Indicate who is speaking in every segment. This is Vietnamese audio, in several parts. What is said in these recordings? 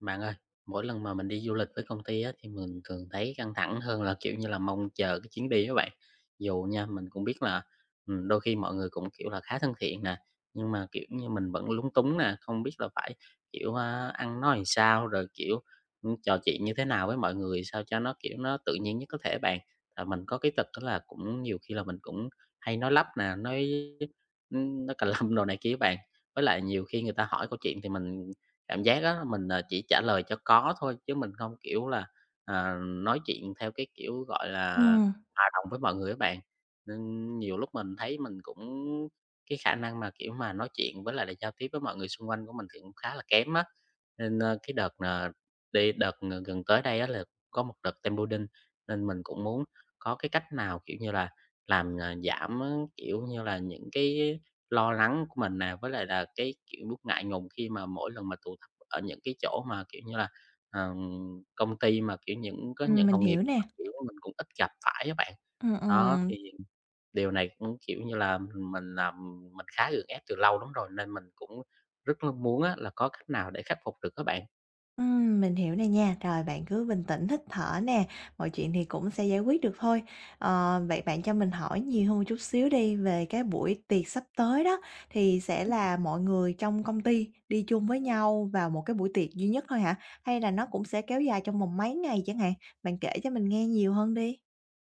Speaker 1: Bạn ơi, mỗi lần mà mình đi du lịch với công ty á, thì mình thường thấy căng thẳng hơn là kiểu như là mong chờ cái chuyến đi đó bạn. Dù nha, mình cũng biết là đôi khi mọi người cũng kiểu là khá thân thiện nè, nhưng mà kiểu như mình vẫn lúng túng nè, không biết là phải kiểu ăn nói làm sao rồi kiểu trò chuyện như thế nào với mọi người sao cho nó kiểu nó tự nhiên nhất có thể bạn. Và mình có cái tật đó là cũng nhiều khi là mình cũng hay nói lắp nè, nói ừ, nói cà lăm đồ này kia bạn. Với lại nhiều khi người ta hỏi câu chuyện thì mình cảm giác á mình, chỉ trả lời cho có thôi, chứ mình không, kiểu là, nói chuyện theo cái kiểu, gọi là,
Speaker 2: Ừm,
Speaker 1: hòa đồng với mọi người các bạn. Nên nhiều lúc mình thấy mình cũng cái khả năng mà, kiểu, mà nói chuyện với lại là giao tiếp với mọi người xung quanh của mình thì cũng khá là kém á. Nên, cái đợt, đi đợt gần gần tới đây á là có một đợt team building, nên mình cũng muốn có cái cách nào, kiểu như là, làm, giảm, kiểu như là, những cái lo lắng của mình nè, với lại là cái, kiểu, lúc ngại ngùng khi mà mỗi lần mà tụ tập ở những cái chỗ mà, kiểu như là, ờm, công ty mà, kiểu, có những
Speaker 2: mình
Speaker 1: đồng nghiệp
Speaker 2: hiểu
Speaker 1: mà,
Speaker 2: nè.
Speaker 1: kiểu, mình cũng ít gặp phải các bạn.
Speaker 2: Ừm,
Speaker 1: Đó,
Speaker 2: ừm,
Speaker 1: thì điều này cũng, kiểu như là, mình làm mình khá gượng ép từ lâu lắm rồi nên mình cũng rất là muốn á là có cách nào để khắc phục được các bạn.
Speaker 2: mình hiểu nè nha. Rồi bạn cứ bình tĩnh hít thở nè, mọi chuyện thì cũng sẽ giải quyết được thôi. Vậy bạn cho mình hỏi nhiều hơn một chút xíu đi về cái buổi tiệc sắp tới đó, thì sẽ là mọi người trong công ty đi chung với nhau vào một cái buổi tiệc duy nhất thôi hả? Hay là nó cũng sẽ kéo dài trong vòng mấy ngày chẳng hạn? Bạn kể cho mình nghe nhiều hơn đi.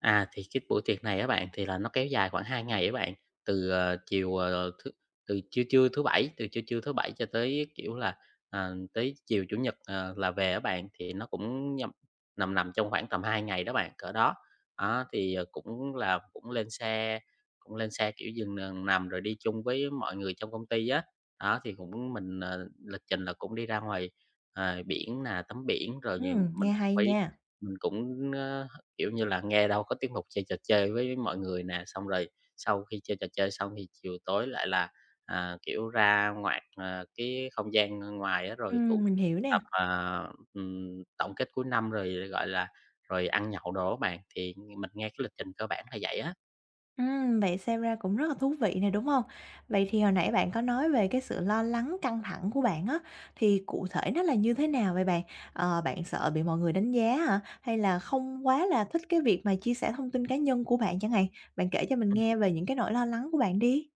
Speaker 1: À, thì cái buổi tiệc này các bạn, thì là nó kéo dài khoảng 2 ngày các bạn, từ, ờ, chiều, ờ, thứ từ trưa trưa thứ Bảy, từ trưa trưa thứ Bảy cho tới, kiểu là, tới chiều Chủ nhật, là về các bạn, thì nó cũng nhâm nằm nằm trong khoảng tầm 2 ngày đó bạn, cỡ đó. Đó, thì, cũng lên xe, kiểu, dừng nằm rồi đi chung với mọi người trong công ty á. Đó, thì cũng mình, lịch trình là cũng đi ra ngoài, biển là tắm biển rồi mình
Speaker 2: Nghe hay
Speaker 1: phải
Speaker 2: nha.
Speaker 1: mình cũng, kiểu như là, nghe đâu có tiết mục chơi trò chơi với mọi người nè, xong rồi sau khi chơi trò chơi xong thì chiều tối lại là, kiểu, ra ngoạc, cái không gian ngoài á, rồi tụ
Speaker 2: Mình hiểu nè.
Speaker 1: tập, tổng kết cuối năm rồi, gọi là, rồi ăn nhậu đồ á bạn, thì mình nghe cái lịch trình cơ bản là vậy á.
Speaker 2: Vậy xem ra cũng rất là thú vị này, đúng không? Vậy thì hồi nãy bạn có nói về cái sự lo lắng, căng thẳng của bạn á, thì cụ thể nó là như thế nào vậy bạn? Bạn sợ bị mọi người đánh giá hả? Hay là không quá là thích cái việc mà chia sẻ thông tin cá nhân của bạn chẳng hạn? Bạn kể cho mình nghe về những cái nỗi lo lắng của bạn đi.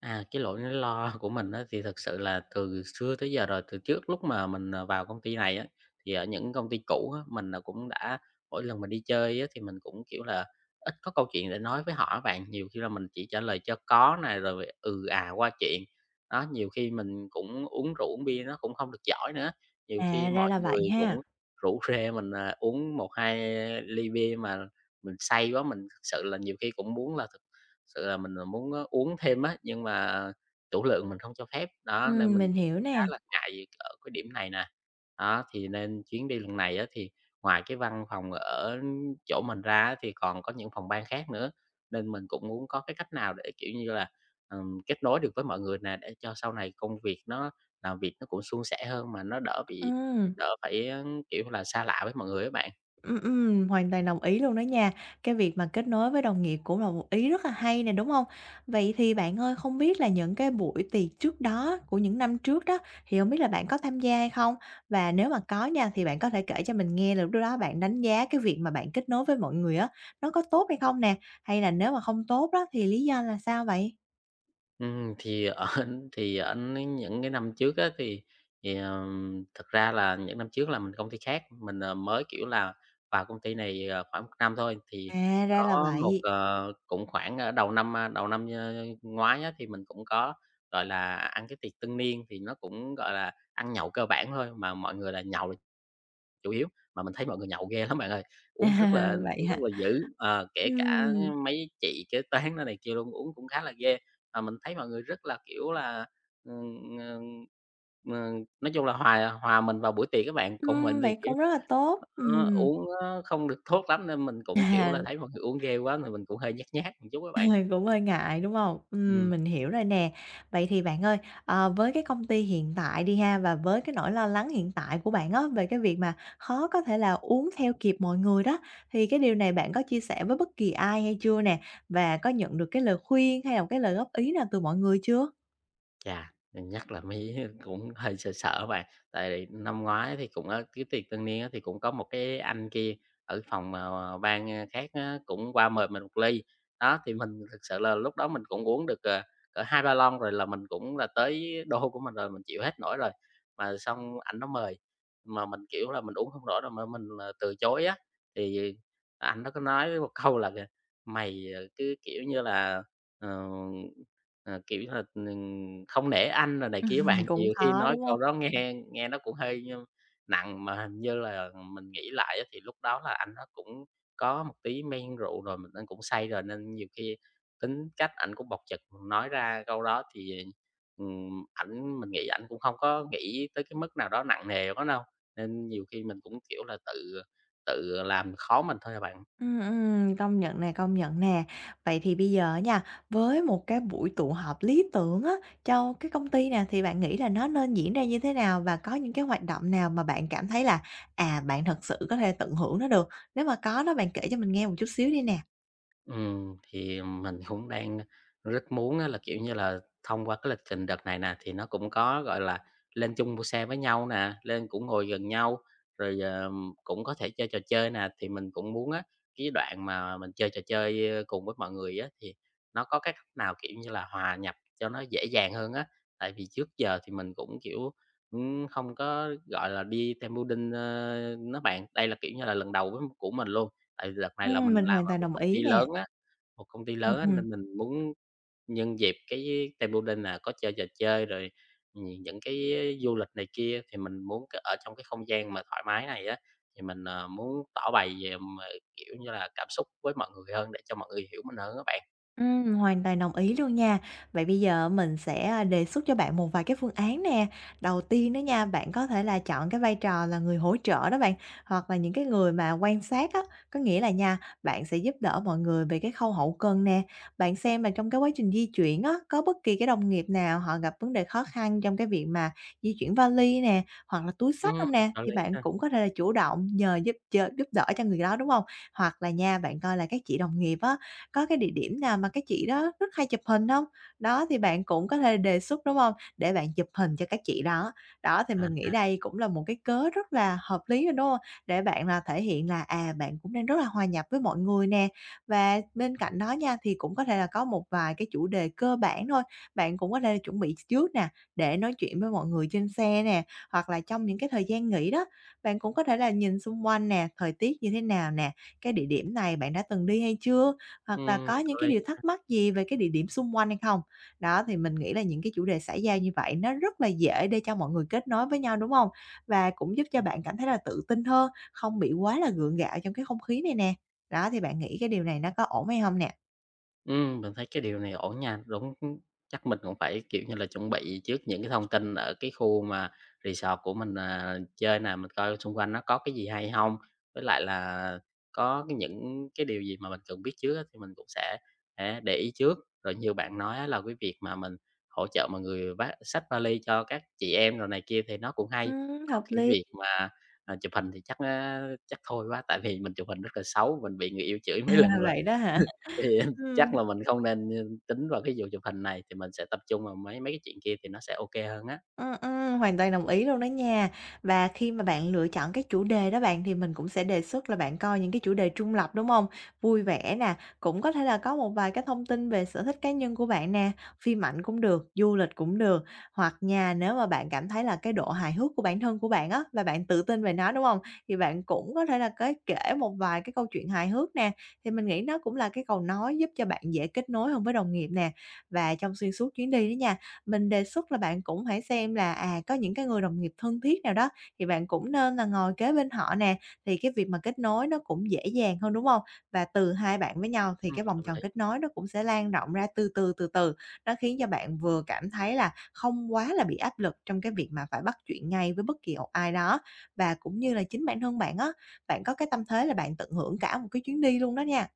Speaker 1: À, cái nỗi lo của mình á, thì thực sự là từ xưa tới giờ rồi, từ trước lúc mà mình, vào công ty này á, thì ở những công ty cũ á, mình là cũng đã mỗi lần mình đi chơi á, thì mình cũng, kiểu là, ít có câu chuyện để nói với họ á bạn. Nhiều khi là mình chỉ trả lời cho có này rồi à qua chuyện. Đó, nhiều khi mình cũng uống rượu, uống bia nó cũng không được giỏi nữa, nhiều khi
Speaker 2: À, ra
Speaker 1: mọi
Speaker 2: là vậy
Speaker 1: người cũng
Speaker 2: ha.
Speaker 1: rủ rê mình, uống 1 2 ly bia mà mình say quá, mình thật sự là nhiều khi cũng muốn là sự là mình, muốn á uống thêm á, nhưng mà chủ lượng mình không cho phép, đó, nên mình
Speaker 2: Mình
Speaker 1: cũng
Speaker 2: hiểu
Speaker 1: khá
Speaker 2: nè.
Speaker 1: là ngại ở cái điểm này nè. Đó, thì nên chuyến đi lần này á, thì ngoài cái văn phòng ở chỗ mình ra á, thì còn có những phòng ban khác nữa, nên mình cũng muốn có cái cách nào để, kiểu như là, kết nối được với mọi người nè, để cho sau này công việc nó làm việc nó cũng suôn sẻ hơn, mà nó đỡ bị
Speaker 2: Ừm.
Speaker 1: đỡ phải, kiểu là, xa lạ với mọi người á bạn.
Speaker 2: Hoàn toàn đồng ý luôn đó nha. Cái việc mà kết nối với đồng nghiệp cũng là một ý rất là hay nè, đúng không? Vậy thì bạn ơi, không biết là những cái buổi tiệc trước đó, của những năm trước đó, thì hông biết là bạn có tham gia hay không? Và nếu mà có nha, thì bạn có thể kể cho mình nghe là lúc đó bạn đánh giá cái việc mà bạn kết nối với mọi người á, nó có tốt hay không nè? Hay là nếu mà không tốt đó, thì lý do là sao vậy?
Speaker 1: Thì ở thì ở những cái năm trước á thì thực ra là những năm trước là mình công ty khác, mình, mới, kiểu là, vào công ty này, khoảng 1 năm thôi. Thì
Speaker 2: À, ra là
Speaker 1: có một,
Speaker 2: vậy.
Speaker 1: cũng khoảng ở đầu năm, đầu năm, ngoái á thì mình cũng có, gọi là, ăn cái tiệc tân niên thì nó cũng, gọi là, ăn nhậu cơ bản thôi, mà mọi người là nhậu chủ yếu, mà mình thấy mọi người nhậu ghê lắm bạn ơi,
Speaker 2: Vậy
Speaker 1: uống rất
Speaker 2: hả?
Speaker 1: là dữ, kế cả
Speaker 2: Ừm,
Speaker 1: mấy chị kế toán này kia luôn, uống cũng khá là ghê. Mà mình thấy mọi người rất là, kiểu là, ừm, ờ, ờ, nói chung là hòa hòa mình vào buổi tiệc các bạn, còn mình thì,
Speaker 2: Vậy
Speaker 1: kiểu,
Speaker 2: cũng rất là tốt. Ừm.
Speaker 1: uống nó không được tốt lắm nên mình cũng, kiểu là, thấy mọi người uống ghê quá thì mình cũng hơi nhát nhát một chút các bạn.
Speaker 2: Mình cũng hơi ngại, đúng không?
Speaker 1: Ừm.
Speaker 2: Mình hiểu rồi nè. Vậy thì bạn ơi, với cái công ty hiện tại đi ha, và với cái nỗi lo lắng hiện tại của bạn á, về cái việc mà khó có thể là uống theo kịp mọi người đó, thì cái điều này bạn có chia sẻ với bất kỳ ai hay chưa nè? Và có nhận được cái lời khuyên hay là cái lời góp ý nào từ mọi người chưa?
Speaker 1: Chà, mình nhắc là mới cũng hơi sợ sợ bạn, tại vì năm ngoái thì cũng ở cái tiệc tân niên á, thì cũng có một cái anh kia ở phòng, ban, khác á, cũng qua mời mình một ly. Đó, thì mình thực sự là lúc đó mình cũng uống được, cỡ 2-3 lon rồi là mình cũng là tới đô của mình rồi, mình chịu hết nổi rồi. Mà xong ảnh nó mời, mà mình, kiểu là, mình uống không nổi rồi mà mình, từ chối á, thì anh nó có nói với một câu là kìa: "Mày, cứ, kiểu như là, ờ". Kiểu là, không nể anh rồi này kia bạn,
Speaker 2: Cũng
Speaker 1: nhiều khi
Speaker 2: khó,
Speaker 1: nói
Speaker 2: đúng
Speaker 1: câu
Speaker 2: không?
Speaker 1: đó nghe nghe nó cũng hơi, nặng, mà hình như là mình nghĩ lại á thì lúc đó là anh nó cũng có một tí men rượu rồi, mình anh cũng say rồi nên nhiều khi tính cách ảnh cũng bộc trực, nói ra câu đó thì, ảnh mình nghĩ ảnh cũng không có nghĩ tới cái mức nào đó nặng nề quá đâu, nên nhiều khi mình cũng, kiểu là, tự tự làm khó mình thôi à bạn.
Speaker 2: Công nhận nè, công nhận nè. Vậy thì bây giờ nha, với một cái buổi tụ họp lý tưởng á, cho cái công ty nè, thì bạn nghĩ là nó nên diễn ra như thế nào? Và có những cái hoạt động nào mà bạn cảm thấy là, à, bạn thật sự có thể tận hưởng nó được? Nếu mà có đó, bạn kể cho mình nghe một chút xíu đi nè.
Speaker 1: Thì mình cũng đang rất muốn á là, kiểu như là, thông qua cái lịch trình đợt này nè, thì nó cũng có, gọi là, lên chung mua xe với nhau nè, lên cũng ngồi gần nhau, rồi, cũng có thể chơi trò chơi nè. Thì mình cũng muốn á, cái đoạn mà mình chơi trò chơi, cùng với mọi người á, thì nó có cái cách nào, kiểu như là, hòa nhập cho nó dễ dàng hơn á. Tại vì trước giờ thì mình cũng, kiểu, không có, gọi là, đi team building, đó bạn. Đây là, kiểu như là, lần đầu với của mình luôn. Tại vì đợt này là mình
Speaker 2: Mình
Speaker 1: làm
Speaker 2: hoàn
Speaker 1: ở
Speaker 2: toàn
Speaker 1: một
Speaker 2: đồng
Speaker 1: công
Speaker 2: ý
Speaker 1: ty
Speaker 2: nè.
Speaker 1: lớn á, một công ty
Speaker 2: Ừm,
Speaker 1: lớn á,
Speaker 2: ừm.
Speaker 1: nên mình muốn nhân dịp cái team building là có chơi trò chơi rồi, những cái du lịch này kia, thì mình muốn ở trong cái không gian mà thoải mái này á, thì mình, muốn tỏ bày về mà, kiểu như là, cảm xúc với mọi người hơn để cho mọi người hiểu mình hơn các bạn.
Speaker 2: Hoàn toàn đồng ý luôn nha. Vậy bây giờ mình sẽ đề xuất cho bạn một vài cái phương án nè. Đầu tiên đó nha, bạn có thể là chọn cái vai trò là người hỗ trợ đó bạn, hoặc là những cái người mà quan sát á, có nghĩa là nha, bạn sẽ giúp đỡ mọi người về cái khâu hậu cần nè. Bạn xem là trong cái quá trình di chuyển á, có bất kỳ cái đồng nghiệp nào họ gặp vấn đề khó khăn trong cái việc mà di chuyển vali nè, hoặc là túi
Speaker 1: Ừ,
Speaker 2: xách không nè,
Speaker 1: có
Speaker 2: thì
Speaker 1: lý
Speaker 2: bạn
Speaker 1: ha.
Speaker 2: cũng có thể là chủ động nhờ giúp đỡ cho người đó, đúng không? Hoặc là nha, bạn coi là các chị đồng nghiệp á có cái địa điểm nào mà cái chị đó rất hay chụp hình không? Đó, thì bạn cũng có thể đề xuất, đúng không? Để bạn chụp hình cho các chị đó. Đó, thì
Speaker 1: À,
Speaker 2: mình nghĩ
Speaker 1: à,
Speaker 2: đây cũng là một cái cớ rất là hợp lý rồi, đúng hông? Để bạn là thể hiện là, à, bạn cũng đang rất là hòa nhập với mọi người nè. Và bên
Speaker 1: ừm,
Speaker 2: cạnh đó nha, thì cũng có thể là có một vài cái chủ đề cơ bản thôi, bạn cũng có thể là chuẩn bị trước nè, để nói chuyện với mọi người trên xe nè, hoặc là trong những cái thời gian nghỉ đó, bạn cũng có thể là nhìn xung quanh nè, thời tiết như thế nào nè, cái địa điểm này bạn đã từng đi hay chưa? Hoặc là có những
Speaker 1: có
Speaker 2: cái
Speaker 1: lý.
Speaker 2: điều thắc mắc gì về cái địa điểm xung quanh hay không? Đó, thì mình nghĩ là những cái chủ đề xã giao như vậy nó rất là dễ để cho mọi người kết nối với nhau, đúng không? Và cũng giúp cho bạn cảm thấy là tự tin hơn, không bị quá là gượng gạo trong cái không khí này nè. Đó, thì bạn nghĩ cái điều này nó có ổn hay hông nè?
Speaker 1: Mình thấy cái điều này ổn nha, đúng, chắc mình cũng phải, kiểu như là, chuẩn bị trước những cái thông tin ở cái khu mà resort của mình, chơi nè, mình coi xung quanh nó có cái gì hay không, với lại là có cái những cái điều gì mà mình cần biết trước á thì mình cũng sẽ để ý trước. Rồi như bạn nói á là cái việc mà mình hỗ trợ mọi người vác xách vali cho các chị em rồi này kia thì nó cũng hay, còn
Speaker 2: Hợp
Speaker 1: cái
Speaker 2: lý.
Speaker 1: việc mà, chụp hình thì chắc, chắc thôi quá, tại vì mình chụp hình rất là xấu, mình bị người yêu chửi
Speaker 2: À,
Speaker 1: mấy lần rồi.
Speaker 2: vậy đó hả?
Speaker 1: Thì chắc
Speaker 2: Ừm.
Speaker 1: là mình không nên, tính vào cái vụ chụp hình này thì mình sẽ tập trung vào mấy mấy cái chuyện kia thì nó sẽ ok hơn á.
Speaker 2: Hoàn toàn đồng ý luôn đó nha. Và khi mà bạn lựa chọn cái chủ đề đó bạn, thì mình cũng sẽ đề xuất là bạn coi những cái chủ đề trung lập, đúng không? Vui vẻ nè, cũng có thể là có một vài cái thông tin về sở thích cá nhân của bạn nè, phim ảnh cũng được, du lịch cũng được. Hoặc nha, nếu mà bạn cảm thấy là cái độ hài hước của bản thân của bạn á, và bạn tự tin về nó, đúng không? Thì bạn cũng có thể là cái kể một vài cái câu chuyện hài hước nè, thì mình nghĩ nó cũng là cái cầu nói giúp cho bạn dễ kết nối hơn với đồng nghiệp nè. Và trong xuyên suốt chuyến đi đó nha, mình đề xuất là bạn cũng hãy xem là, à, có những cái người đồng nghiệp thân thiết nào đó thì bạn cũng nên là ngồi kế bên họ nè, thì cái việc mà kết nối nó cũng dễ dàng hơn, đúng không? Và từ hai bạn với nhau thì
Speaker 1: Ừm.
Speaker 2: cái vòng
Speaker 1: Hợp
Speaker 2: tròn
Speaker 1: lý.
Speaker 2: kết nối nó cũng sẽ lan rộng ra từ từ, từ từ, nó khiến cho bạn vừa cảm thấy là không quá là bị áp lực trong cái việc mà phải bắt chuyện ngay với bất kỳ một ai đó. Và cũng như là chính bản thân bạn á, bạn có cái tâm thế là bạn tận hưởng cả một cái chuyến đi luôn đó nha.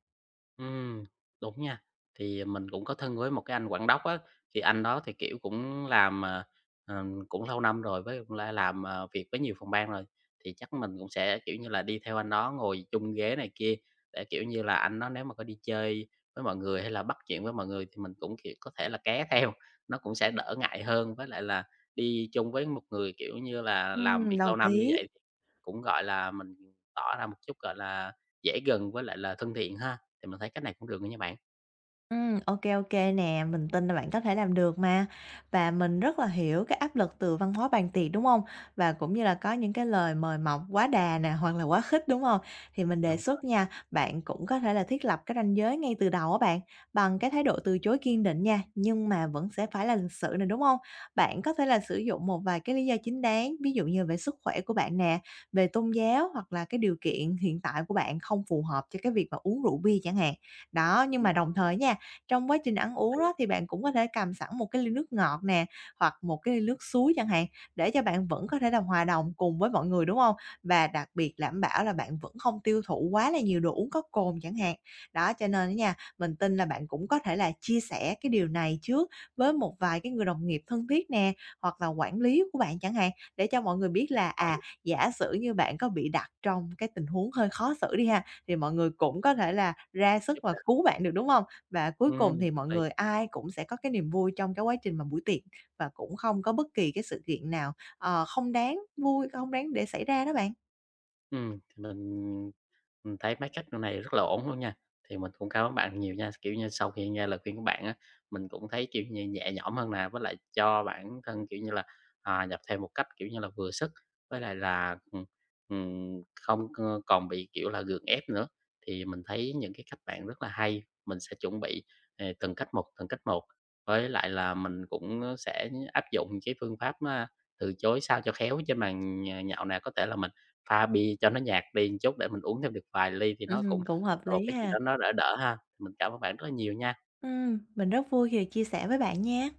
Speaker 1: Ừm, đúng nha. Thì mình cũng có thân với một cái anh Quảng Đốc á, thì anh đó thì, kiểu, cũng làm, cũng lâu năm rồi, với cũng đã làm, việc với nhiều phòng ban rồi, thì chắc mình cũng sẽ, kiểu như là, đi theo anh đó ngồi chung ghế này kia, để, kiểu như là, anh đó nếu mà có đi chơi với mọi người hay là bắt chuyện với mọi người thì mình cũng, kiểu, có thể là ké theo, nó cũng sẽ đỡ ngại hơn. Với lại là đi chung với một người, kiểu như là, làm việc lâu
Speaker 2: Đồng
Speaker 1: năm như
Speaker 2: ý.
Speaker 1: vậy thì cũng, gọi là, mình tỏ ra một chút, gọi là, dễ gần với lại là thân thiện ha. Thì mình thấy cách này cũng được nữa nha bạn.
Speaker 2: Ok ok nè, mình tin là bạn có thể làm được mà. Và mình rất là hiểu cái áp lực từ văn hóa bàn tiệc, đúng không? Và cũng như là có những cái lời mời mọc quá đà nè, hoặc là quá khích, đúng không? Thì mình đề
Speaker 1: Đúng rồi.
Speaker 2: xuất nha, bạn cũng có thể là thiết lập cái ranh giới ngay từ đầu á bạn, bằng cái thái độ từ chối kiên định nha, nhưng mà vẫn sẽ phải là lịch sự nè, đúng không? Bạn có thể là sử dụng một vài cái lý do chính đáng, ví dụ như về sức khỏe của bạn nè, về tôn giáo hoặc là cái điều kiện hiện tại của bạn không phù hợp cho cái việc mà uống rượu bia chẳng hạn. Đó, nhưng
Speaker 1: Ừm.
Speaker 2: mà đồng thời nha, trong quá trình ăn uống
Speaker 1: Lý,
Speaker 2: đó thì bạn cũng có thể cầm sẵn một cái ly nước ngọt nè, hoặc một cái ly nước suối chẳng hạn, để cho bạn vẫn có thể là hòa đồng cùng với mọi người, đúng không? Và đặc biệt đảm bảo là bạn vẫn không tiêu thụ quá là nhiều đồ uống có cồn chẳng hạn. Đó, cho nên á nha, mình tin là bạn cũng có thể là chia sẻ cái điều này trước với một vài cái người đồng nghiệp thân thiết nè, hoặc là quản lý của bạn chẳng hạn, để cho mọi người biết là,
Speaker 1: rồi
Speaker 2: à, giả sử như bạn có bị đặt trong cái tình huống hơi khó xử đi ha, thì mọi người cũng có thể là ra sức
Speaker 1: giúp
Speaker 2: và
Speaker 1: đỡ.
Speaker 2: cứu bạn được, đúng không? Và cuối
Speaker 1: Ừm,
Speaker 2: cùng thì
Speaker 1: hợp
Speaker 2: mọi
Speaker 1: lý.
Speaker 2: người ai cũng sẽ có cái niềm vui trong cái quá trình mà buổi tiệc, và cũng không có bất kỳ cái sự kiện nào, không đáng vui, không đáng để xảy ra đó bạn.
Speaker 1: Thì mình thấy mấy cách này rất là ổn luôn nha, thì mình cũng cảm ơn bạn nhiều nha. Kiểu như, sau khi nghe lời khuyên của bạn á, mình cũng thấy, kiểu như, nhẹ nhõm hơn nè, với lại cho bản thân, kiểu như là, nhập thêm một cách, kiểu như là, vừa sức, với lại là, không còn bị, kiểu là, gượng ép nữa. Thì mình thấy những cái cách bạn rất là hay, mình sẽ chuẩn bị, từng cách một, với lại là mình cũng, sẽ áp dụng cái phương pháp, từ chối sao cho khéo trên bàn, nhạo nè, có thể là pha bia cho nó nhạt đi một chút để mình uống thêm được vài ly thì nó cũng
Speaker 2: Cũng hợp
Speaker 1: là một
Speaker 2: lý
Speaker 1: cái gì
Speaker 2: ha.
Speaker 1: đó nó đỡ đỡ ha. Mình cảm ơn bạn rất là nhiều nha.
Speaker 2: Mình rất vui khi được chia sẻ với bạn nha.